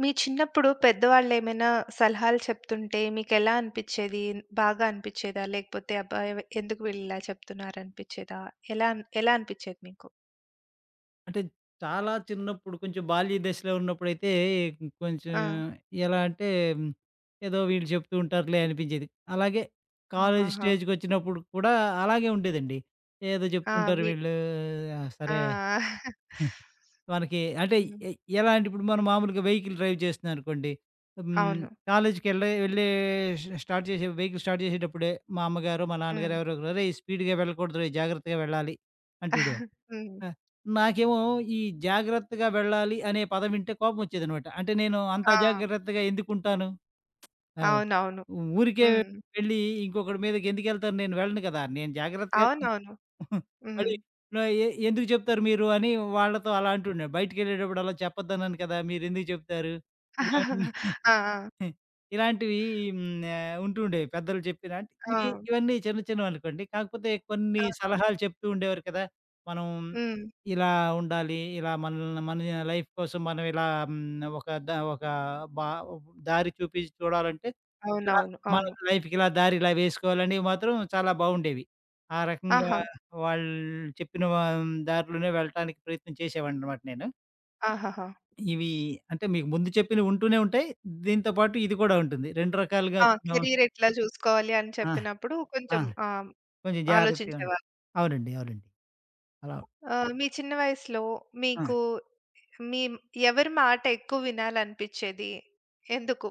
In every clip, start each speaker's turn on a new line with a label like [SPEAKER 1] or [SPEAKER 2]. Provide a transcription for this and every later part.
[SPEAKER 1] మీ చిన్నప్పుడు పెద్దవాళ్ళేమైనా సలహాలు చెప్తుంటే మీకెలా అనిపిచ్చేది? బాగా అనిపిచ్చేదా? లేకపోతే అబ్బా! ఎందుకు వీళ్ళిలా చెప్తున్నారనిపిచ్చేదా? ఎలా ఎలా అనిపిచ్చేది మీకు?
[SPEAKER 2] అంటే చాలా చిన్నప్పుడు కొంచెం బాల్య దశలో ఉన్నప్పుడైతే కొంచెం
[SPEAKER 1] ఆ!
[SPEAKER 2] ఎలా అంటే హ్మ్, ఏదో వీళ్ళు చెప్తూ ఉంటారులే అనిపించేది. అలాగే కాలేజ్
[SPEAKER 1] ఆహాహా!
[SPEAKER 2] స్టేజ్‌కొచ్చినప్పుడు కూడా అలాగే ఉండేదండి. ఏదో
[SPEAKER 1] ఆ!
[SPEAKER 2] చెప్తుంటారు వీళ్ళు. ఆ!
[SPEAKER 1] ఆ!
[SPEAKER 2] సరే. మనకి అంటే
[SPEAKER 1] హ్మ్.
[SPEAKER 2] ఎ ఎలా అంటే ఇప్పుడు మనం మామూలుగా వెహికల్ డ్రైవ్ చేస్తున్నామనుకోండి. హ్మ్,
[SPEAKER 1] అవును.
[SPEAKER 2] వెళ్ళే స్టార్ట్ చేసే వెహికల్ స్టార్ట్ చేసేటప్పుడే మా అమ్మగారో, మా నాన్నగారో
[SPEAKER 1] హ్మ్.
[SPEAKER 2] ఎవరో ఒకరు "అరేయ్! స్పీడ్‌గా వెళ్ళకూడదురోయ్! జాగ్రత్తగా వెళ్ళాలి" అంటుండే.
[SPEAKER 1] హ్మ్.
[SPEAKER 2] ఆ! నాకేమో ఈ జాగ్రత్తగా వెళ్ళాలి అనే పదం వింటే కోపమొచ్చేదనమాట. అంటే నేను అంత
[SPEAKER 1] ఆ!
[SPEAKER 2] అజాగ్రత్తగా ఎందుకుంటాను? ఆ!
[SPEAKER 1] అవునవును.
[SPEAKER 2] ఊరికే
[SPEAKER 1] హ్మ్.
[SPEAKER 2] వెళ్ళి ఇంకొకడి మీదకి ఎందుకెళ్తాను? నేను వెళ్ళను కదా! నేను జాగ్రత్తగా.
[SPEAKER 1] అవునవును. హ్మ్.
[SPEAKER 2] మళ్ళీ న ఎందుకు చెప్తారు మీరు అని వాళ్ళతో అలా అంటుండే. బయటికెళ్ళేటప్పుడు అలా చెప్పొద్దన్నాను కదా! మీరెందుకు చెప్తారు? ఇలాంటివి.
[SPEAKER 1] ఆ!
[SPEAKER 2] హ్మ్. ఇలాంటివి ఉంటుండేవి పెద్దలు చెప్పిన. అంటే
[SPEAKER 1] ఆ!
[SPEAKER 2] ఇవి ఇవన్నీ చిన్న చిన్నవనుకోండి. కాకపోతే కొన్ని
[SPEAKER 1] ఆ!
[SPEAKER 2] సలహాలు చెప్తూ ఉండేవారు కదా! మనం
[SPEAKER 1] హ్మ్.
[SPEAKER 2] ఇలా ఉండాలి. ఇలా మనల్ని మన లైఫ్ కోసం మనం ఇలా ఒక బా దారి చూపించి చూడాలంటే ఇలా
[SPEAKER 1] అవునవును.
[SPEAKER 2] మన
[SPEAKER 1] అవును.
[SPEAKER 2] లైఫ్‌కి ఇలా దారి ఇలా వేసుకోవాలనేవి మాత్రం చాలా బావుండేవి. ఆ రకంగా
[SPEAKER 1] ఆహా!
[SPEAKER 2] వాళ్ళు చెప్పిన దారిలోనే వెళ్ళటానికి ప్రయత్నం చేసేవాడినన్నమాట నేను.
[SPEAKER 1] ఆహాహా!
[SPEAKER 2] ఇవి అంటే మీకు ముందు చెప్పినవి ఉంటూనే ఉంటాయి. దీంతో పాటు ఇది కూడా ఉంటుంది. 2 రకాలుగా
[SPEAKER 1] ఆ!
[SPEAKER 2] కూడా ఉం.
[SPEAKER 1] కెరీర్ ఎట్లా చూసుకోవాలి అని
[SPEAKER 2] ఆ!
[SPEAKER 1] చెప్పినప్పుడు
[SPEAKER 2] ఆ!
[SPEAKER 1] కొంచెం ఆ!
[SPEAKER 2] కొంచెం జాగ్రత్తగా ఉండి
[SPEAKER 1] ఆలోచించేవారు.
[SPEAKER 2] అవునండి. అవునండి. అలా.
[SPEAKER 1] ఆహ్, మీ చిన్న వయసులో
[SPEAKER 2] ఆ!
[SPEAKER 1] మీకు మీ ఎవరి మాట ఎక్కువ వినాలనిపిచ్చేది? ఎందుకు?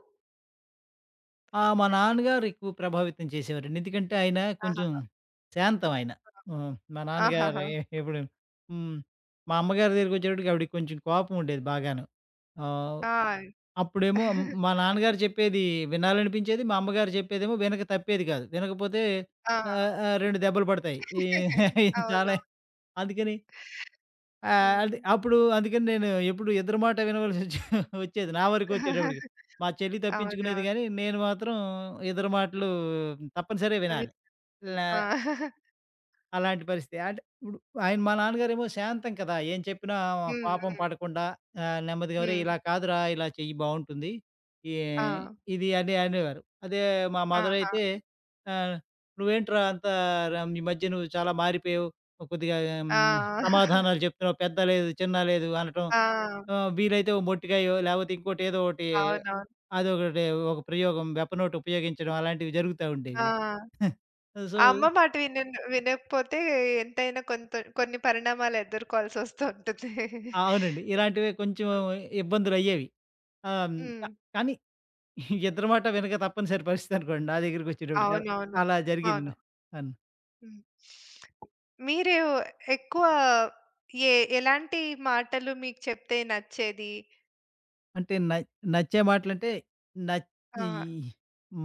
[SPEAKER 2] ఆ! మా నాన్నగారు ఎక్కువ ప్రభావితం చేసేవారండి. ఎందుకంటే ఆయన కొంచెం
[SPEAKER 1] ఆహా!
[SPEAKER 2] శాంతం ఆయన. మా నాన్నగారు
[SPEAKER 1] ఆహాహా!
[SPEAKER 2] ఎప్పుడు. హ్మ్. మా అమ్మగారి దగ్గరికొచ్చేటప్పటికి ఆవిడకి కొంచెం కోపం ఉండేది బాగాను. ఆహ్,
[SPEAKER 1] ఆ!
[SPEAKER 2] అప్పుడేమో మా నాన్నగారు చెప్పేది వినాలనిపించేది. మా అమ్మగారు చెప్పేదేమో వినక తప్పేది కాదు. వినకపోతే
[SPEAKER 1] ఆ!
[SPEAKER 2] ఆహ్, ఆహ్, 2 దెబ్బలు పడతాయి. ఈ
[SPEAKER 1] అవును.
[SPEAKER 2] చాలా. అందుకని
[SPEAKER 1] హ్మ్.
[SPEAKER 2] అది అప్పుడు అందుకని నేను ఎప్పుడు ఎదురు మాట వచ్చేది. నా వరకొచ్చేటప్పటికి. మా చెల్లి తప్పించుకునేది
[SPEAKER 1] అవునవును.
[SPEAKER 2] గానీ, నేను మాత్రం ఎదురు మాటలు తప్పనిసరిగా
[SPEAKER 1] అవి
[SPEAKER 2] వినాలి. ల
[SPEAKER 1] ఆ!
[SPEAKER 2] అలాంటి పరిస్థితి. అంటే ఇప్పుడు ఆయన మా నాన్నగారేమో శాంతం కదా! ఏం చెప్పినా
[SPEAKER 1] హ్మ్.
[SPEAKER 2] కోపం
[SPEAKER 1] హ్మ్.
[SPEAKER 2] పడకుండా నెమ్మదిగా "ఒరేయ్!
[SPEAKER 1] హ్మ్.
[SPEAKER 2] ఇలా కాదురా! ఇలా చెయ్యి బావుంటుంది. ఈ
[SPEAKER 1] ఆ!
[SPEAKER 2] ఇది" అని అనేవారు. అదే మా మదర్
[SPEAKER 1] ఆహా!
[SPEAKER 2] అయితే ఆహ్, "నువ్వేంట్రా అంత ఈ మధ్య నువ్వు చాలా మారిపోయావు. కొద్దిగా
[SPEAKER 1] ఆ!
[SPEAKER 2] సమాధానాలు చెప్తున్నావు. పెద్ద లేదు, చిన్న లేదు" అనటం.
[SPEAKER 1] ఆ!
[SPEAKER 2] వీలైతే ఓ మొట్టికాయో లేకపోతే ఇంకోటి ఏదో ఒకటి
[SPEAKER 1] అవునవును.
[SPEAKER 2] అదొకటి ఒక వెపన్ ఒకటి ఉపయోగించడం అలాంటివి జరుగుతా ఉండేవి.
[SPEAKER 1] ఆ!
[SPEAKER 2] సో
[SPEAKER 1] ఆ అమ్మ మాట వినకపోతే ఎంతైనా కొంత కొన్ని పరిణామాలు ఎదుర్కోవాల్సొస్తూ ఉంటుంది.
[SPEAKER 2] ఆ! అవునండి. ఇలాంటివి కొంచెం ఇబ్బందులయ్యేవి. ఆహ్, హ్మ్.
[SPEAKER 1] హ్మ్.
[SPEAKER 2] క కానీ ఇద్దరి మాట వినక తప్పనిసరి పరిస్థితనుకోండి నా దగ్గరికొచ్చేటప్పటికి
[SPEAKER 1] అవునవును.
[SPEAKER 2] అలా
[SPEAKER 1] అవును.
[SPEAKER 2] జరిగింది. అన్
[SPEAKER 1] హ్మ్. మీరు ఎక్కువ ఏ ఎలాంటి మాటలు మీకు చెప్తే నచ్చేది?
[SPEAKER 2] అంటే నచ్చే మాటలంటే నచ్ ఈ
[SPEAKER 1] ఆ!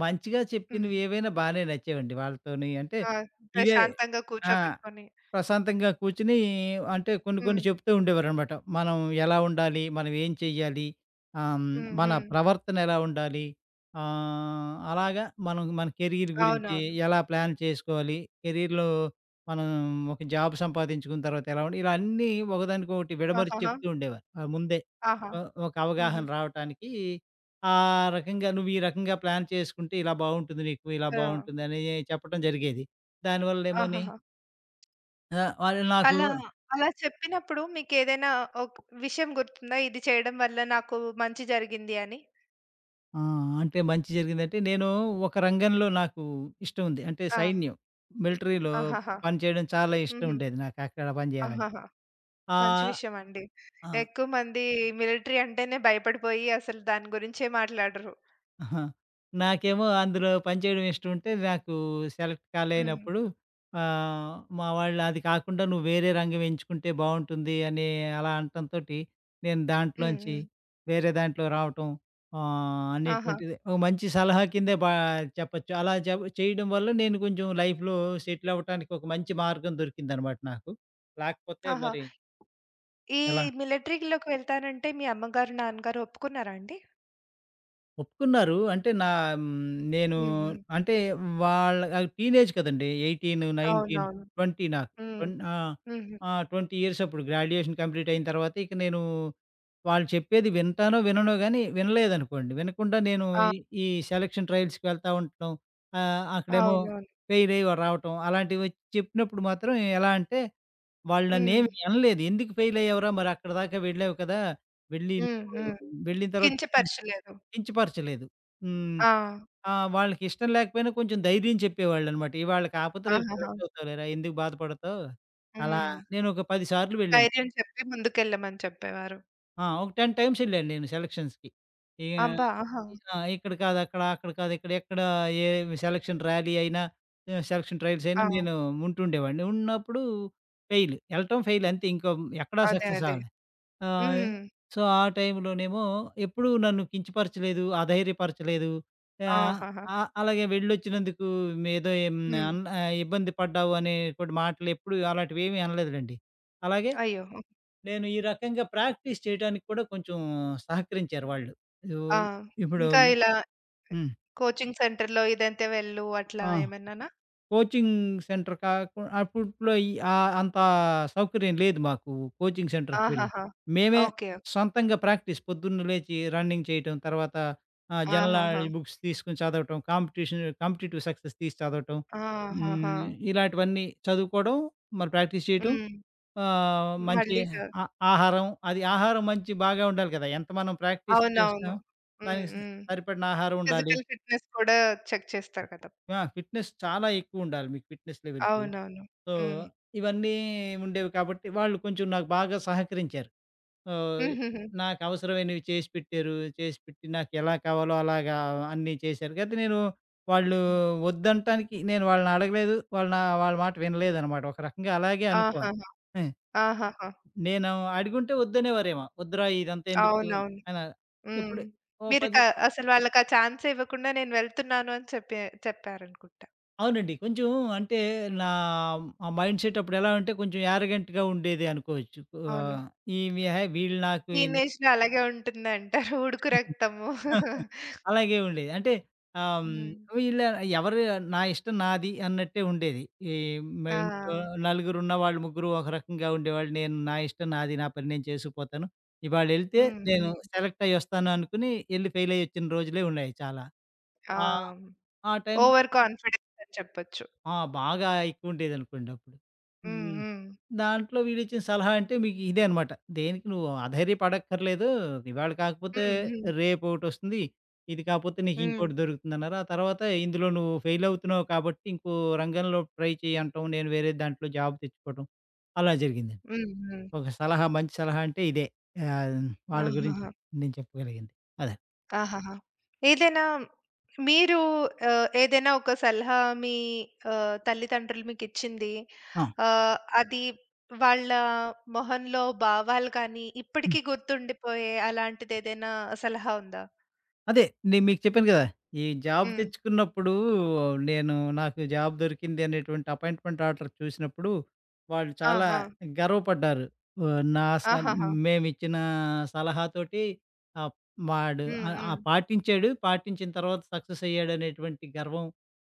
[SPEAKER 2] మంచిగా
[SPEAKER 1] హ్మ్.
[SPEAKER 2] చెప్పినవి ఏవైనా బానే నచ్చేవండి వాళ్ళతోని. అంటే
[SPEAKER 1] ఆ!
[SPEAKER 2] ఇదే.
[SPEAKER 1] ప్రశాంతంగా
[SPEAKER 2] ఆ!
[SPEAKER 1] కూర్చోబెట్టుకొని.
[SPEAKER 2] ప్రశాంతంగా కూర్చొని అంటే కొన్ని
[SPEAKER 1] హ్మ్.
[SPEAKER 2] కొన్ని చెప్తూ ఉండేవారనమాట. మనం ఎలా ఉండాలి? మనం ఏం చెయ్యాలి? ఆహ్, హ్మ్,
[SPEAKER 1] హ్మ్.
[SPEAKER 2] మన
[SPEAKER 1] హ్మ్.
[SPEAKER 2] ప్రవర్తన ఎలా ఉండాలి? అలాగా మనం మన కెరీర్ గురించి
[SPEAKER 1] అవునవును.
[SPEAKER 2] ఎలా ప్లాన్ చేసుకోవాలి? కెరీర్‌లో మనం ఒక జాబ్ సంపాదించుకున్న తర్వాత ఎలా ఉండి ఇలా అన్నీ ఒకదానికొకటి విడమరిచి
[SPEAKER 1] ఆహాహా!
[SPEAKER 2] చెప్తూ ఉండేవారు. ఆ! ముందే.
[SPEAKER 1] ఆహా!
[SPEAKER 2] ఒ ఒక
[SPEAKER 1] హుహు.
[SPEAKER 2] అవగాహన రావటానికి ఆ రకంగా నువ్వు ఈ రకంగా ప్లాన్ చేసుకుంటే ఇలా బావుంటుంది నీకు, ఇలా
[SPEAKER 1] ఆ!
[SPEAKER 2] బావుంటుందని చెప్పటం జరిగేది. దానివల్లేమోని
[SPEAKER 1] ఆహాహా!
[SPEAKER 2] ఆ! వాళ్ళు నాకు.
[SPEAKER 1] అలా అలా చెప్పినప్పుడు మీకేదైనా ఒక విషయం గుర్తుందా? ఇది చేయడం వల్ల నాకు మంచి జరిగింది అని?
[SPEAKER 2] ఆ! అంటే మంచి జరిగిందంటే నేను ఒక రంగంలో నాకు ఇష్టం ఉంది. అంటే
[SPEAKER 1] ఆ!
[SPEAKER 2] సైన్యం. మిలిటరీలో
[SPEAKER 1] ఆహాహా!
[SPEAKER 2] పనిచేయడం చాలా ఇష్టం
[SPEAKER 1] హుహు.
[SPEAKER 2] ఉండేది నాకు అక్కడ పని చేయాలని.
[SPEAKER 1] ఆహాహా! మంచి
[SPEAKER 2] ఆహ్,
[SPEAKER 1] విషయమండి.
[SPEAKER 2] ఆ!
[SPEAKER 1] ఎక్కువ మంది మిలిటరీ అంటేనే భయపడిపోయి అసలు దాని గురించే మాట్లాడరు.
[SPEAKER 2] ఆహా! నాకేమో అందులో పనిచేయడం ఇష్టం ఉంటే, నాకు సెలెక్ట్
[SPEAKER 1] హ్మ్.
[SPEAKER 2] కాలేనప్పుడు మా వాళ్ళు అది కాకుండా నువ్వు వేరే రంగం ఎంచుకుంటే బావుంటుంది అని అలా అనటంతోటి, నేను
[SPEAKER 1] హ్మ్.
[SPEAKER 2] దాంట్లోంచి
[SPEAKER 1] హ్మ్.
[SPEAKER 2] వేరే దాంట్లో రావటం
[SPEAKER 1] ఆహా!
[SPEAKER 2] అనేటువంటిది ఒక మంచి సలహా కిందే చెప్పొచ్చు. అలా చె చేయడం వల్ల నేను కొంచెం లైఫ్‌లో సెటిల్ అవ్వటానికి ఒక మంచి మార్గం దొరికిందనమాట నాకు. లేకపోతే
[SPEAKER 1] ఆహా!
[SPEAKER 2] మరి
[SPEAKER 1] ఈ
[SPEAKER 2] ఎలా?
[SPEAKER 1] మిలిటరీలోకి వెళ్తానంటే మీ అమ్మగారు, నాన్నగారు ఒప్పుకున్నారా అండి?
[SPEAKER 2] ఒప్పుకున్నారు. అంటే నా హ్మ్, నేను
[SPEAKER 1] హ్మ్. హ్మ్.
[SPEAKER 2] అంటే వాళ్ళ టీనేజ్ కదండీ. 18,
[SPEAKER 1] అవునవును.
[SPEAKER 2] 19, 20 నాకు.
[SPEAKER 1] హ్మ్.
[SPEAKER 2] ఆ!
[SPEAKER 1] హుహు.
[SPEAKER 2] ఆ! 20 ఇయర్స్ అప్పుడు గ్రాడ్యుయేషన్ కంప్లీట్ అయిన తర్వాత ఇక నేను వాళ్ళు చెప్పేది వింటానో, విననో గానీ వినలేదనుకోండి. వినకుండా నేను
[SPEAKER 1] ఆ!
[SPEAKER 2] ఈ ఈ సెలక్షన్ ట్రయల్స్‌కి వెళ్తా ఉండటం. అక్కడేమో
[SPEAKER 1] అవునవును.
[SPEAKER 2] ఫెయిల్ అయ్యి రావటం. అలాంటివి వచ్చి చెప్పినప్పుడు మాత్రం ఎలా అంటే వాళ్ళు
[SPEAKER 1] హ్మ్.
[SPEAKER 2] నన్నేమి అనలేదు. "ఎందుకు ఫెయిల్ అయ్యావురా? మరి అక్కడి దాకా వెళ్ళావు కదా! వెళ్ళి
[SPEAKER 1] హ్మ్. హ్మ్.
[SPEAKER 2] నువ్వు వెళ్ళిన తర్వాత"
[SPEAKER 1] కించపరచలేదు.
[SPEAKER 2] కించపరచలేదు. హ్మ్.
[SPEAKER 1] ఆ!
[SPEAKER 2] వాళ్ళకి ఇష్టం లేకపోయినా కొంచెం ధైర్యం చెప్పేవాళ్ళనమాట. ఇవాళ కాకపోతే రేపు
[SPEAKER 1] ఆహాహా!
[SPEAKER 2] సెలెక్ట్ అవుతావులేరా! ఎందుకు బాధపడతావు? అలా
[SPEAKER 1] హ్మ్.
[SPEAKER 2] నేనొక 10 సార్లు వెళ్ళాను.
[SPEAKER 1] ధైర్యం చెప్పి ముందుకెళ్ళమని చెప్పేవారు.
[SPEAKER 2] ఆ! ఒక 10 టైమ్స్ వెళ్ళాను నేను సెలక్షన్స్‌కి. ఇగ
[SPEAKER 1] అబ్బా! ఆహా!
[SPEAKER 2] ఆ! ఇక్కడ కాదు అక్కడ, అక్కడ కాదు ఇక్కడ, ఎక్కడ ఏ సెలక్షన్ ర్యాలీ అయినా, సెలక్షన్ ట్రయల్స్
[SPEAKER 1] ఆ!
[SPEAKER 2] అయినా నేను ఉంటుండేవాడిని. ఉన్నప్పుడు ఫెయిల్. ఎళ్ళటం ఫెయిల్ అంతే. ఇంకా ఎక్కడా
[SPEAKER 1] అదే.
[SPEAKER 2] సక్సెస్
[SPEAKER 1] అదే.
[SPEAKER 2] అవ్వలే. ఆహ్,
[SPEAKER 1] హ్మ్.
[SPEAKER 2] సో, ఆ టైంలోనేమో ఎప్పుడూ నన్ను కించపరచలేదు, అధైర్యపరచలేదు. ఆహ్,
[SPEAKER 1] ఆహాహా!
[SPEAKER 2] ఆహ్, అలాగే వెళ్ళొచ్చినందుకు ఏదో
[SPEAKER 1] హ్మ్.
[SPEAKER 2] ఇబ్బంది పడ్డావు అనేటువంటి మాటలెప్పుడూ అలాంటివేమీ అనలేదులెండి. అలాగే
[SPEAKER 1] అయ్యో!
[SPEAKER 2] నేను ఈ రకంగా ప్రాక్టీస్ చేయటానికి కూడా కొంచెం సహకరించారు వాళ్ళు.
[SPEAKER 1] ఆ!
[SPEAKER 2] ఓహ్! ఇప్పుడు
[SPEAKER 1] ఇంకా ఇలా
[SPEAKER 2] హ్మ్.
[SPEAKER 1] కోచింగ్ సెంటర్‌లో ఇదంతే వెళ్ళు అట్లా
[SPEAKER 2] ఆ!
[SPEAKER 1] ఏమన్నానా?
[SPEAKER 2] కోచింగ్ సెంటర్ కాకు అప్పట్లో అంత సౌకర్యం లేదు మాకు కోచింగ్ సెంటర్‌కి వెళ్ళి.
[SPEAKER 1] ఆహాహా!
[SPEAKER 2] మేమే
[SPEAKER 1] ఓకే. ఓకే.
[SPEAKER 2] సొంతంగా ప్రాక్టీస్ పొద్దున్న లేచి రన్నింగ్ చేయటం, తర్వాత
[SPEAKER 1] ఆహాహా!
[SPEAKER 2] జనరల్ బుక్స్ తీసుకొని చదవటం, కాంపిటీటివ్ సక్సెస్ తీసి చదవటం.
[SPEAKER 1] ఆహాహా!
[SPEAKER 2] హ్మ్. ఇలాంటివన్నీ చదువుకోవడం, మరి ప్రాక్టీస్ చేయటం.
[SPEAKER 1] హ్మ్.
[SPEAKER 2] మంచి
[SPEAKER 1] మళ్ళీ
[SPEAKER 2] ఆ ఆహారం అది ఆహారం మంచి బాగా ఉండాలి కదా! ఎంత మనం ప్రాక్టీస్
[SPEAKER 1] అవునవును.
[SPEAKER 2] చేస్తాం
[SPEAKER 1] హ్మ్.
[SPEAKER 2] దానికి
[SPEAKER 1] హ్మ్.
[SPEAKER 2] సరిపడిన ఆహారం ఉండాలి.
[SPEAKER 1] ఫిజికల్ ఫిట్‌నెస్ కూడా చెక్ చేస్తారు కదా!
[SPEAKER 2] ఆ! ఫిట్‌నెస్ చాలా ఎక్కువ ఉండాలి మీకు ఫిట్‌నెస్ లెవెల్స్.
[SPEAKER 1] అవునవును.
[SPEAKER 2] సో,
[SPEAKER 1] హ్మ్.
[SPEAKER 2] ఇవన్నీ ఉండేవి కాబట్టి వాళ్ళు కొంచెం నాకు బాగా సహకరించారు. ఆహ్,
[SPEAKER 1] హుహుహు.
[SPEAKER 2] నాకు అవసరమైనవి చేసి పెట్టారు. చేసి పెట్టి నాకెలా కావాలో అలాగా అన్నీ చేశారు. కాతే నేను వాళ్ళు
[SPEAKER 1] హ్మ్.
[SPEAKER 2] వద్దంటానికి నేను వాళ్ళని అడగలేదు. వాళ్ళ మాట వినలేదనమాట. ఒక రకంగా అలాగే అనుకోవాలి.
[SPEAKER 1] ఆహాహా!
[SPEAKER 2] ఆ!
[SPEAKER 1] ఆహాహా!
[SPEAKER 2] నేను అడిగుంటే వద్దనేవారేమో. "వద్దురా ఇదంతా ఎందుకు"
[SPEAKER 1] అవునవును.
[SPEAKER 2] అని
[SPEAKER 1] హ్మ్.
[SPEAKER 2] ఎప్పుడు ఓ
[SPEAKER 1] మీరు
[SPEAKER 2] 10
[SPEAKER 1] అసలు వాళ్ళకి ఆ ఛాన్స్ ఇవ్వకుండా నేను వెళ్తున్నాను అని చెప్పే చెప్పారనుకుంటా.
[SPEAKER 2] అవునండి. కొంచెం అంటే నా ఆ మైండ్‌సెట్ అప్పుడు ఎలా అంటే కొంచెం యారగెంట్‌గా ఉండేది అనుకోవచ్చు.
[SPEAKER 1] అవును.
[SPEAKER 2] ఆహ్, ఈమె హే! వీళ్ళు నాకు ఈన్ని.
[SPEAKER 1] టీనేజ్‌లో అలాగే ఉంటుంది అంటారు. ఉడుకు రక్తము.
[SPEAKER 2] అలాగే ఉండేది. అంటే ఆహ్, హ్మ్,
[SPEAKER 1] హ్మ్.
[SPEAKER 2] వీళ్ళ ఎవరు నా ఇష్టం నాది అన్నట్టే ఉండేది. ఈ మా ఇంట్లో
[SPEAKER 1] ఆ!
[SPEAKER 2] నలుగురున్న వాళ్ళు ముగ్గురు ఒక రకంగా ఉండేవాళ్ళు. నేను నా ఇష్టం నాది నా పని నేను చేసుకుపోతాను. ఇవాళెళ్తే
[SPEAKER 1] హ్మ్.
[SPEAKER 2] నేను
[SPEAKER 1] హ్మ్.
[SPEAKER 2] సెలెక్ట్ అయ్యొస్తాను అనుకుని ఎళ్లి ఫెయిల్ అయ్యొచ్చిన రోజులే ఉన్నాయి చాలా.
[SPEAKER 1] ఆ!
[SPEAKER 2] ఆ! ఆ టైంలో
[SPEAKER 1] ఓవర్ కాన్ఫిడెన్స్ అని చెప్పొచ్చు.
[SPEAKER 2] ఆ! బాగా ఎక్కువుండేదనుకోండి అప్పుడు.
[SPEAKER 1] హ్మ్.
[SPEAKER 2] హ్మ్.
[SPEAKER 1] హ్మ్.
[SPEAKER 2] దాంట్లో వీడిచ్చిన సలహా అంటే మీకు ఇదే అనమాట. దేనికి నువ్వు అధైర్యపడక్కర్లేదు. ఇవాళ కాకపోతే
[SPEAKER 1] హ్మ్. హ్మ్.
[SPEAKER 2] రేపొకటొస్తుంది. ఇది కాపోతే
[SPEAKER 1] హ్మ్.
[SPEAKER 2] నీకింకోటి దొరుకుతుందన్నారు. ఆ తర్వాత ఇందులో నువ్వు ఫెయిలవుతున్నావు కాబట్టి ఇంకో రంగంలో ట్రై చెయ్యి అనటం. నేను వేరే దాంట్లో జాబ్ తెచ్చుకోవటం. అలా జరిగిందండి.
[SPEAKER 1] హ్మ్. హ్మ్.
[SPEAKER 2] ఒక సలహా మంచి సలహా అంటే ఇదే. ఆహ్, వాళ్ళ గురించి
[SPEAKER 1] ఆహాహా!
[SPEAKER 2] నేను చెప్పగలిగింది. అదే.
[SPEAKER 1] ఆహాహా! ఏదైనా మీరు ఆహ్, ఏదైనా ఒక సలహా మీ ఆహ్, తల్లిదండ్రులు మీకిచ్చింది.
[SPEAKER 2] ఆ!
[SPEAKER 1] ఆహ్, అది వాళ్ళ మొహంలో భావాలు కానీ, ఇప్పటికీ గుర్తుండిపోయే అలాంటిదేదైనా సలహా ఉందా?
[SPEAKER 2] అదే నేను మీకు చెప్పాను కదా! ఈ జాబ్
[SPEAKER 1] హ్మ్.
[SPEAKER 2] తెచ్చుకున్నప్పుడు నేను నాకు జాబ్ దొరికింది అనేటువంటి అపాయింట్మెంట్ ఆర్డర్ చూసినప్పుడు, వాళ్ళు
[SPEAKER 1] ఆ!
[SPEAKER 2] చాలా
[SPEAKER 1] ఆ!
[SPEAKER 2] గర్వపడ్డారు. ఆహ్, నా స
[SPEAKER 1] ఆహాహా!
[SPEAKER 2] మేమిచ్చిన సలహాతోటి ఆహ్, వాడు
[SPEAKER 1] హ్మ్.
[SPEAKER 2] ఆహ్,
[SPEAKER 1] హ్మ్.
[SPEAKER 2] ఆహ్, పాటించాడు. పాటించిన తర్వాత సక్సెస్ అయ్యాడనేటువంటి గర్వం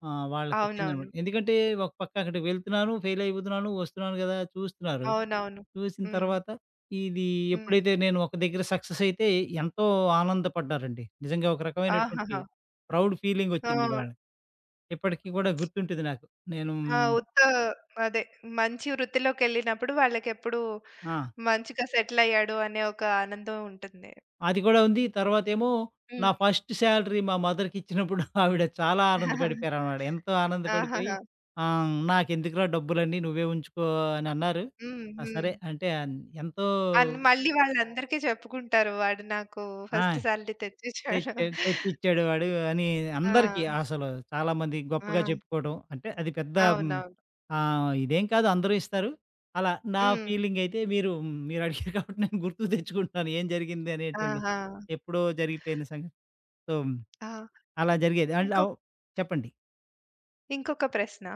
[SPEAKER 1] అవునవును.
[SPEAKER 2] వాళ్ళకొచ్చిందనమాట. ఎందుకంటే ఒక పక్క అక్కడికి వెళ్తున్నాను, ఫెయిల్ అయిపోతున్నాను, వస్తున్నాను గదా! చూస్తున్నారు.
[SPEAKER 1] అవునవును.
[SPEAKER 2] చూసిన
[SPEAKER 1] హ్మ్.
[SPEAKER 2] తర్వాత ఇది
[SPEAKER 1] హ్మ్.
[SPEAKER 2] ఎప్పుడైతే నేను ఒక దగ్గర సక్సెస్ అయితే ఎంతో ఆనందపడ్డారండి. నిజంగా ఒక రకమైనటువంటి
[SPEAKER 1] ఆహాహా!
[SPEAKER 2] ప్రౌడ్ ఫీలింగ్
[SPEAKER 1] ఆ!
[SPEAKER 2] వచ్చింది వాళ్ళకి. ఇప్పటికి కూడా గుర్తుంటుంది నాకు. నేను.
[SPEAKER 1] ఆ! ఉత్త అదే మంచి వృత్తిలోకెళ్ళినప్పుడు వాళ్ళకెప్పుడు
[SPEAKER 2] ఆ!
[SPEAKER 1] మంచిగా సెటిలయ్యాడు అనే ఒక ఆనందం ఉంటుంది.
[SPEAKER 2] అది కూడా ఉంది. తర్వాతేమో నా
[SPEAKER 1] హ్మ్.
[SPEAKER 2] ఫస్ట్ సాలరీ మా మదర్‌కి ఇచ్చినప్పుడు ఆవిడ చాలా ఆనందపడిపోయారనమాట. ఎంతో ఆనందపడిపోయి
[SPEAKER 1] ఆహాహా!
[SPEAKER 2] "నాకెందుకురా డబ్బులన్నీ నువ్వే ఉంచుకో" అని అన్నారు.
[SPEAKER 1] హ్మ్.
[SPEAKER 2] ఆ!
[SPEAKER 1] హ్మ్.
[SPEAKER 2] సరే అంటే ఎంతో.
[SPEAKER 1] అని మళ్ళీ వాళ్ళందరికీ చెప్పుకుంటారు. వాడు నాకు
[SPEAKER 2] ఆ!
[SPEAKER 1] First salary తెచ్చిచ్చాడు.
[SPEAKER 2] తెచ్చిచ్చాడు వాడు అని
[SPEAKER 1] ఆ!
[SPEAKER 2] అందరికీ అసలు చాలామంది
[SPEAKER 1] ఆ!
[SPEAKER 2] గొప్పగా చెప్పుకోవడం. అంటే అది పెద్ద
[SPEAKER 1] అవునవును.
[SPEAKER 2] ఇదేం కాదు అందరూ ఇస్తారు. అలా నా
[SPEAKER 1] హ్మ్.
[SPEAKER 2] ఫీలింగయితే మీరు మీరు అడిగారు కాబట్టి నేను గుర్తుకు తెచ్చుకుంటున్నాను. ఏం జరిగింది అనేటువంటి
[SPEAKER 1] ఆహా!
[SPEAKER 2] ఎప్పుడో జరిగిపోయిన సంగతి. సో,
[SPEAKER 1] ఆ!
[SPEAKER 2] అలా జరిగేది. అండ్
[SPEAKER 1] ఇంకొక
[SPEAKER 2] అవ్ చెప్పండి.
[SPEAKER 1] ఇంకొక ప్రశ్న.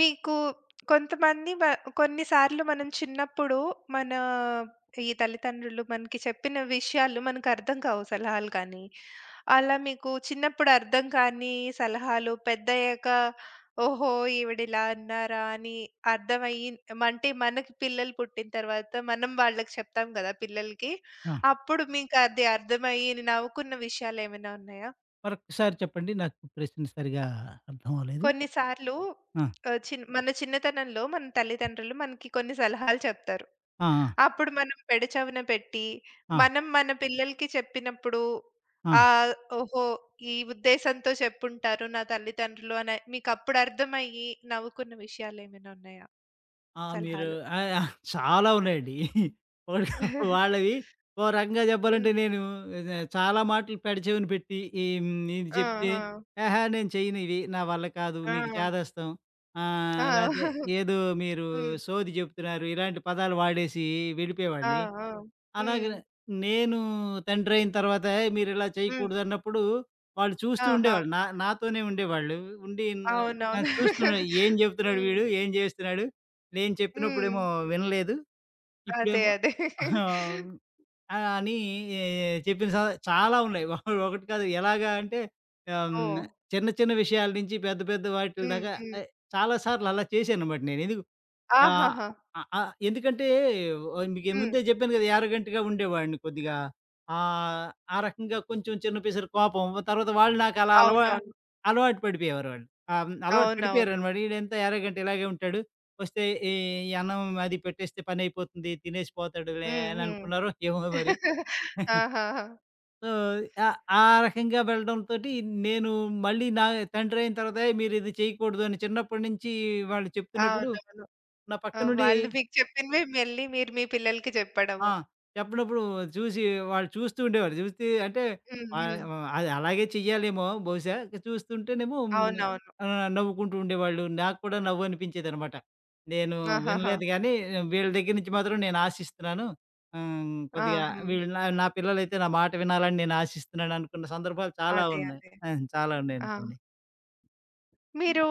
[SPEAKER 1] మీకు కొంతమంది కొన్నిసార్లు మనం చిన్నప్పుడు మన ఈ తల్లిదండ్రులు మనకి చెప్పిన విషయాలు మనకర్థం కావు సలహాలు కానీ, అలా మీకు చిన్నప్పుడు అర్థం కాని సలహాలు పెద్దయ్యాక ఓహో! ఈవిడిలా అన్నారా అని అర్థమయ్యి అంటే మనకి పిల్లలు పుట్టిన తర్వాత మనం వాళ్ళకి చెప్తాం కదా పిల్లలకి.
[SPEAKER 2] ఆ!
[SPEAKER 1] అప్పుడు మీకు అది అర్థమయ్యి నవ్వుకున్న విషయాలేమైనా ఉన్నాయా?
[SPEAKER 2] మరొక్కసారి చెప్పండి. నాకు ప్రశ్న సరిగా అర్థం అవ్వలేదు.
[SPEAKER 1] కొన్నిసార్లు
[SPEAKER 2] ఆ!
[SPEAKER 1] ఆహ్, మన చిన్నతనంలో మన తల్లిదండ్రులు మనకి కొన్ని సలహాలు చెప్తారు.
[SPEAKER 2] ఆ! ఆ!
[SPEAKER 1] అప్పుడు మనం పెడచెవిన పెట్టి,
[SPEAKER 2] ఆ!
[SPEAKER 1] మనం మన పిల్లలకి చెప్పినప్పుడు
[SPEAKER 2] ఆ!
[SPEAKER 1] ఆహ్, ఓహో! ఈ ఉద్దేశంతో చెప్పుంటారు నా తల్లిదండ్రులు అని మీకప్పుడు అర్థమయ్యి నవ్వుకున్న విషయాలేమైనా ఉన్నాయా?
[SPEAKER 2] ఆ! మీరు.
[SPEAKER 1] సలహాలు?
[SPEAKER 2] ఆ! ఆ! చాలా ఉన్నాయండి. ఒకటి కాదు వాళ్ళవి. ఓ రకంగా
[SPEAKER 1] హ్మ్.
[SPEAKER 2] చెప్పాలంటే నేను నే చాలా మాటలు పెడచెవిన పెట్టి ఈ హ్మ్, ఇది
[SPEAKER 1] ఆ!
[SPEAKER 2] చెప్తే,
[SPEAKER 1] ఆ!
[SPEAKER 2] "ఆహా! నేను చెయ్యను ఇవి. నా వల్ల కాదు. మీకు చేదస్తం."
[SPEAKER 1] ఆ! ఆ!
[SPEAKER 2] లేతే ఏదో మీరు
[SPEAKER 1] హ్మ్.
[SPEAKER 2] సోది చెప్తున్నారు. ఇలాంటి పదాలు వాడేసి
[SPEAKER 1] ఆ!
[SPEAKER 2] వెళ్ళిపోయేవాడిని.
[SPEAKER 1] ఆ! హ్మ్.
[SPEAKER 2] అలాగే నేను తండ్రయిన తర్వాత మీరిలా
[SPEAKER 1] హ్మ్.
[SPEAKER 2] చేయకూడదన్నప్పుడు వాళ్ళు చూస్తూ
[SPEAKER 1] ఆహా!
[SPEAKER 2] ఉండేవాళ్ళు. నాతోనే ఉండేవాళ్ళు. ఉండి న
[SPEAKER 1] అవునవును.
[SPEAKER 2] నాకు చూస్తూ ఏం చెప్తున్నాడు
[SPEAKER 1] హ్మ్.
[SPEAKER 2] వీడు? ఏం చేస్తున్నాడు? నేను
[SPEAKER 1] హ్మ్.
[SPEAKER 2] చెప్పినప్పుడేమో వినలేదు.
[SPEAKER 1] అదే.
[SPEAKER 2] ఇప్పుడేమో
[SPEAKER 1] అదే.
[SPEAKER 2] ఆహ్, అని ఏ, చెప్పిన స చాలా ఉన్నాయి. ఒకటి కాదు. ఎలాగా అంటే ఆహ్, హ్మ్.
[SPEAKER 1] ఓహ్!
[SPEAKER 2] చిన్న చిన్న విషయాల నుంచి పెద్ద పెద్ద వాటిల
[SPEAKER 1] హ్మ్.
[SPEAKER 2] దాకా
[SPEAKER 1] హ్మ్.
[SPEAKER 2] ఆహ్, చాలా సార్లు అలా చేశానన్నమాట నేను. ఎందుకు ఆహ్,
[SPEAKER 1] ఆహాహా!
[SPEAKER 2] అ ఆ ఎందుకంటే ఓ మీకు
[SPEAKER 1] హ్మ్.
[SPEAKER 2] ముందే చెప్పాను కదా! యారోగెంట్‌గా ఉండేవాడిని కొద్దిగా. ఆహ్, ఆ రకంగా కొంచెం చిన్న పిసరు కోపం. తర్వాత వాళ్ళు నాకు అలా
[SPEAKER 1] అవునవును.
[SPEAKER 2] అలవాటు పడిపోయేవారు వాళ్ళు. అలవాటు
[SPEAKER 1] అవునవును.
[SPEAKER 2] పడిపోయారనమాట. ఈడెంత యారోగెంట్ ఇలాగే ఉంటాడు. వస్తే ఈ అన్నం పెట్టేస్తే పనైపోతుంది. తినేసి పోతాడులే
[SPEAKER 1] హ్మ్.
[SPEAKER 2] అని
[SPEAKER 1] హ్మ్.
[SPEAKER 2] అనుకున్నారో ఏమో మరి.
[SPEAKER 1] ఆహాహా!
[SPEAKER 2] సో, ఆ ఆ రకంగా వెళ్ళడంతోటి నేను మళ్ళీ నా తండ్రి అయిన తర్వాత "మీరిది చేయకూడదు" అని చిన్నప్పటి నుంచి వాళ్ళు చెప్తున్నప్పుడు
[SPEAKER 1] అవునవును.
[SPEAKER 2] నా పక్క
[SPEAKER 1] ఆ!
[SPEAKER 2] నుండి.
[SPEAKER 1] వాళ్ళు మీకు చెప్పినవి మళ్ళీ మీరు మీ పిల్లలకి
[SPEAKER 2] ఆ!
[SPEAKER 1] చెప్పడము.
[SPEAKER 2] చెప్పినప్పుడు చూసి వాళ్ళు చూస్తూ ఉండేవారు. చూస్తే అంటే
[SPEAKER 1] హ్మ్.
[SPEAKER 2] ఆహ్,
[SPEAKER 1] హ్మ్.
[SPEAKER 2] అది అలాగే చెయ్యాలేమో బహుశా! చూస్తుంటేనేమో హ్మ్.
[SPEAKER 1] అవునవును.
[SPEAKER 2] నవ్వుకుంటూ ఉండేవాళ్ళు. నాకు కూడా నవ్వు అనిపించేదనమాట. నేను
[SPEAKER 1] ఆహాహా!
[SPEAKER 2] వినలేదు గానీ వీళ్ళ దగ్గర నుంచి మాత్రం నేను ఆశిస్తున్నాను. హ్మ్.
[SPEAKER 1] ఆ!
[SPEAKER 2] కొద్దిగా
[SPEAKER 1] హ్మ్.
[SPEAKER 2] వీళ్ళు నా నా పిల్లలైతే నా మాట వినాలని నేను ఆశిస్తున్నాను అనుకున్న సందర్భాలు చాలా
[SPEAKER 1] అదే.
[SPEAKER 2] ఉన్నాయి.
[SPEAKER 1] అదే.
[SPEAKER 2] ఆ! చాలా
[SPEAKER 1] ఆ!
[SPEAKER 2] ఉన్నాయనుకోండి.
[SPEAKER 1] మీరు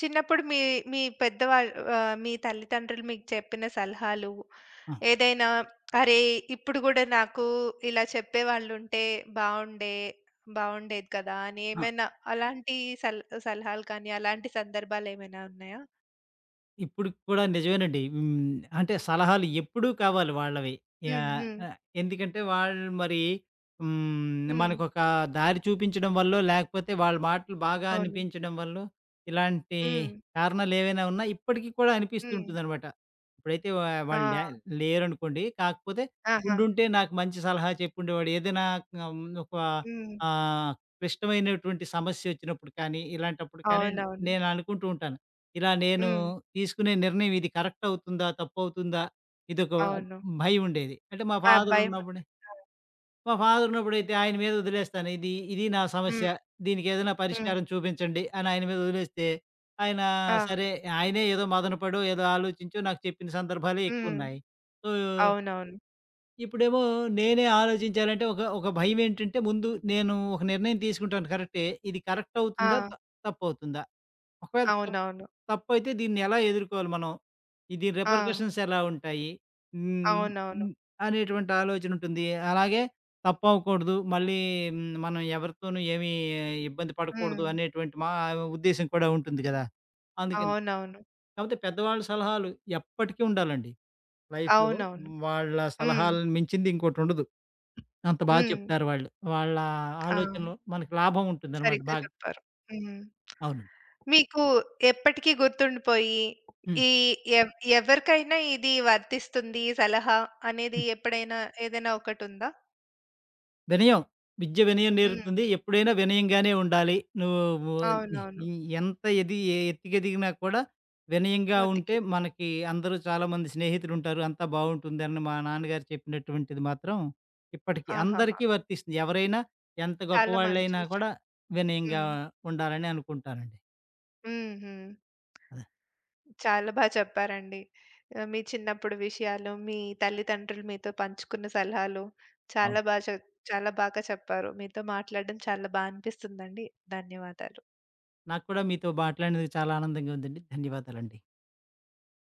[SPEAKER 1] చిన్నప్పుడు మీ మీ పెద్దవాళ్ళు ఆహ్, మీ తల్లిదండ్రులు మీకు చెప్పిన సలహాలు
[SPEAKER 2] ఆ!
[SPEAKER 1] ఏదైనా అరే! ఇప్పుడు గూడా నాకు ఇలా చెప్పేవాళ్ళుంటే బావుండే బావుండేది కదా! అని
[SPEAKER 2] ఆ!
[SPEAKER 1] ఏమైనా అలాంటి సల్ సలహాలు కానీ, అలాంటి సందర్భాలేమైనా ఉన్నాయా?
[SPEAKER 2] ఇప్పుడు కూడా నిజమేనండి. హ్మ్. అంటే సలహాలు ఎప్పుడూ కావాలి వాళ్ళవి.
[SPEAKER 1] హ్మ్.
[SPEAKER 2] యాహ్!
[SPEAKER 1] హ్మ్.
[SPEAKER 2] ఎందుకంటే వాళ్ళు మరి హ్మ్.
[SPEAKER 1] హ్మ్.
[SPEAKER 2] మనకొక దారి చూపించడం వల్లో, లేకపోతే వాళ్ళ మాటలు బాగా
[SPEAKER 1] అవును.
[SPEAKER 2] అనిపించడం వల్లో, ఇలాంటి
[SPEAKER 1] హ్మ్.
[SPEAKER 2] కారణాలు ఏవైనా ఉన్నా ఇప్పటికి కూడా అనిపిస్తూ
[SPEAKER 1] హ్మ్.
[SPEAKER 2] ఉంటుందనమాట. ఇప్పుడైతే
[SPEAKER 1] ఆ!
[SPEAKER 2] వాళ్ళు లేరనుకోండి. కాకపోతే
[SPEAKER 1] ఆహా!
[SPEAKER 2] ఉండుంటే నాకు మంచి సలహా చెప్పుండేవాడు. ఏదైనా ఆహ్, ఒక
[SPEAKER 1] హ్మ్.
[SPEAKER 2] ఆహ్, క్లిష్టమైనటువంటి సమస్యొచ్చినప్పుడు కానీ, ఇలాంటప్పుడు కానీ
[SPEAKER 1] అవునవును.
[SPEAKER 2] నేను అనుకుంటూ ఉంటాను. ఇలా నేను
[SPEAKER 1] హ్మ్.
[SPEAKER 2] తీసుకునే నిర్ణయం ఇది కరెక్ట్ అవుతుందా? తప్పవుతుందా? ఇదొక
[SPEAKER 1] అవును.
[SPEAKER 2] భయం ఉండేది. అంటే మా
[SPEAKER 1] ఆ!
[SPEAKER 2] ఫాదర్ ఉన్నప్పుడే
[SPEAKER 1] భయముంటుంది. ఆ!
[SPEAKER 2] మా ఫాదర్ ఉన్నప్పుడైతే ఆయన మీద వదిలేస్తాను. ఇది ఇది నా సమస్య.
[SPEAKER 1] హ్మ్.
[SPEAKER 2] దీనికేదైనా
[SPEAKER 1] హ్మ్.
[SPEAKER 2] పరిష్కారం చూపించండి అని ఆయన మీద వదిలేస్తే, ఆయన
[SPEAKER 1] ఆ!
[SPEAKER 2] సరే ఆయనే ఏదో మదన పడో, ఏదో ఆలోచించో నాకు చెప్పిన సందర్భాలే
[SPEAKER 1] హ్మ్.
[SPEAKER 2] ఎక్కువున్నాయి. సో,
[SPEAKER 1] అవునవును.
[SPEAKER 2] ఇప్పుడేమో నేనే ఆలోచించాలంటే ఒక ఒక భయం ఏంటంటే ముందు నేను ఒక నిర్ణయం తీసుకుంటాను కరెక్టే. ఇది కరెక్ట్ అవుతుందా?
[SPEAKER 1] ఆ!
[SPEAKER 2] తప్పవుతుందా? ఒకవేళ
[SPEAKER 1] అవునవును.
[SPEAKER 2] తప్పైతే దీన్నెలా ఎదుర్కోవాలి మనం? దీని
[SPEAKER 1] ఆ!
[SPEAKER 2] రిపర్కషన్స్ ఎలా ఉంటాయి? హ్మ్.
[SPEAKER 1] అవునవును.
[SPEAKER 2] హ్మ్. అనేటువంటి ఆలోచనుంటుంది. అలాగే తప్పవ్వకూడదు. మళ్ళీ మనం ఎవరితోనూ ఏమీ ఇబ్బంది పడకూడదు
[SPEAKER 1] హ్మ్.
[SPEAKER 2] అనేటువంటి మా ఉద్దేశ్యం కూడా ఉంటుంది గదా! అందుకని.
[SPEAKER 1] అవునవును.
[SPEAKER 2] కాపోతే పెద్దవాళ్ళ సలహాలు ఎప్పటికీ ఉండాలండి. లైఫ్‌లో
[SPEAKER 1] అవునవును.
[SPEAKER 2] వాళ్ళ
[SPEAKER 1] హ్మ్.
[SPEAKER 2] సలహాలను మించింది ఇంకోటుండదు. అంత
[SPEAKER 1] హ్మ్.
[SPEAKER 2] చెప్తారు వాళ్ళు. వాళ్ళ
[SPEAKER 1] ఆ!
[SPEAKER 2] ఆలోచనలో మనకి లాభం ఉంటుందనమాట
[SPEAKER 1] సరిగ్గా
[SPEAKER 2] బాగా.
[SPEAKER 1] చెప్పారు. హ్మ్.
[SPEAKER 2] అవునండి.
[SPEAKER 1] మీకు ఎప్పటికీ గుర్తుండిపోయి
[SPEAKER 2] హ్మ్.
[SPEAKER 1] ఈ ఎవ్ ఎవరికైనా ఇది వర్తిస్తుంది ఈ సలహా అనేది ఎప్పుడైనా ఏదైనా ఒకటుందా?
[SPEAKER 2] వినయం. విద్య వినయం
[SPEAKER 1] హ్మ్.
[SPEAKER 2] నేర్పుతుంది. ఎప్పుడైనా వినయంగానే ఉండాలి. నువ్వు ఇ
[SPEAKER 1] అవునవును.
[SPEAKER 2] ఈ ఎంత ఎది ఏ ఎత్తుకెదిగినా కూడా వినయంగా ఉంటే
[SPEAKER 1] ఒతికి
[SPEAKER 2] మనకి అందరూ చాలామంది స్నేహితులుంటారు. అంతా బావుంటుందని మా నాన్నగారు చెప్పినటువంటిది మాత్రం ఇప్పటికి
[SPEAKER 1] ఆహాహా!
[SPEAKER 2] అందరికీ వర్తిస్తుంది. ఎవరైనా ఎంత
[SPEAKER 1] చాలా మంచి
[SPEAKER 2] గొప్పవాళ్ళైనా
[SPEAKER 1] విషయం.
[SPEAKER 2] కూడా వినయంగా
[SPEAKER 1] హ్మ్.
[SPEAKER 2] ఉండాలని అనుకుంటానండి.
[SPEAKER 1] హ్మ్. హ్మ్.
[SPEAKER 2] అదే.
[SPEAKER 1] చాలా బా చెప్పారండి. ఆహ్, మీ చిన్నప్పుడు విషయాలు, మీ తల్లిదండ్రులు మీతో పంచుకున్న సలహాలు
[SPEAKER 2] అవును.
[SPEAKER 1] చాలా బా చాలా బాగా చెప్పారు. మీతో మాట్లాడడం చాలా బా అనిపిస్తుందండి. ధన్యవాదాలు.
[SPEAKER 2] నాకు కూడా మీతో మాట్లాడినందుకు చాలా ఆనందంగా ఉందండి. ధన్యవాదాలండి.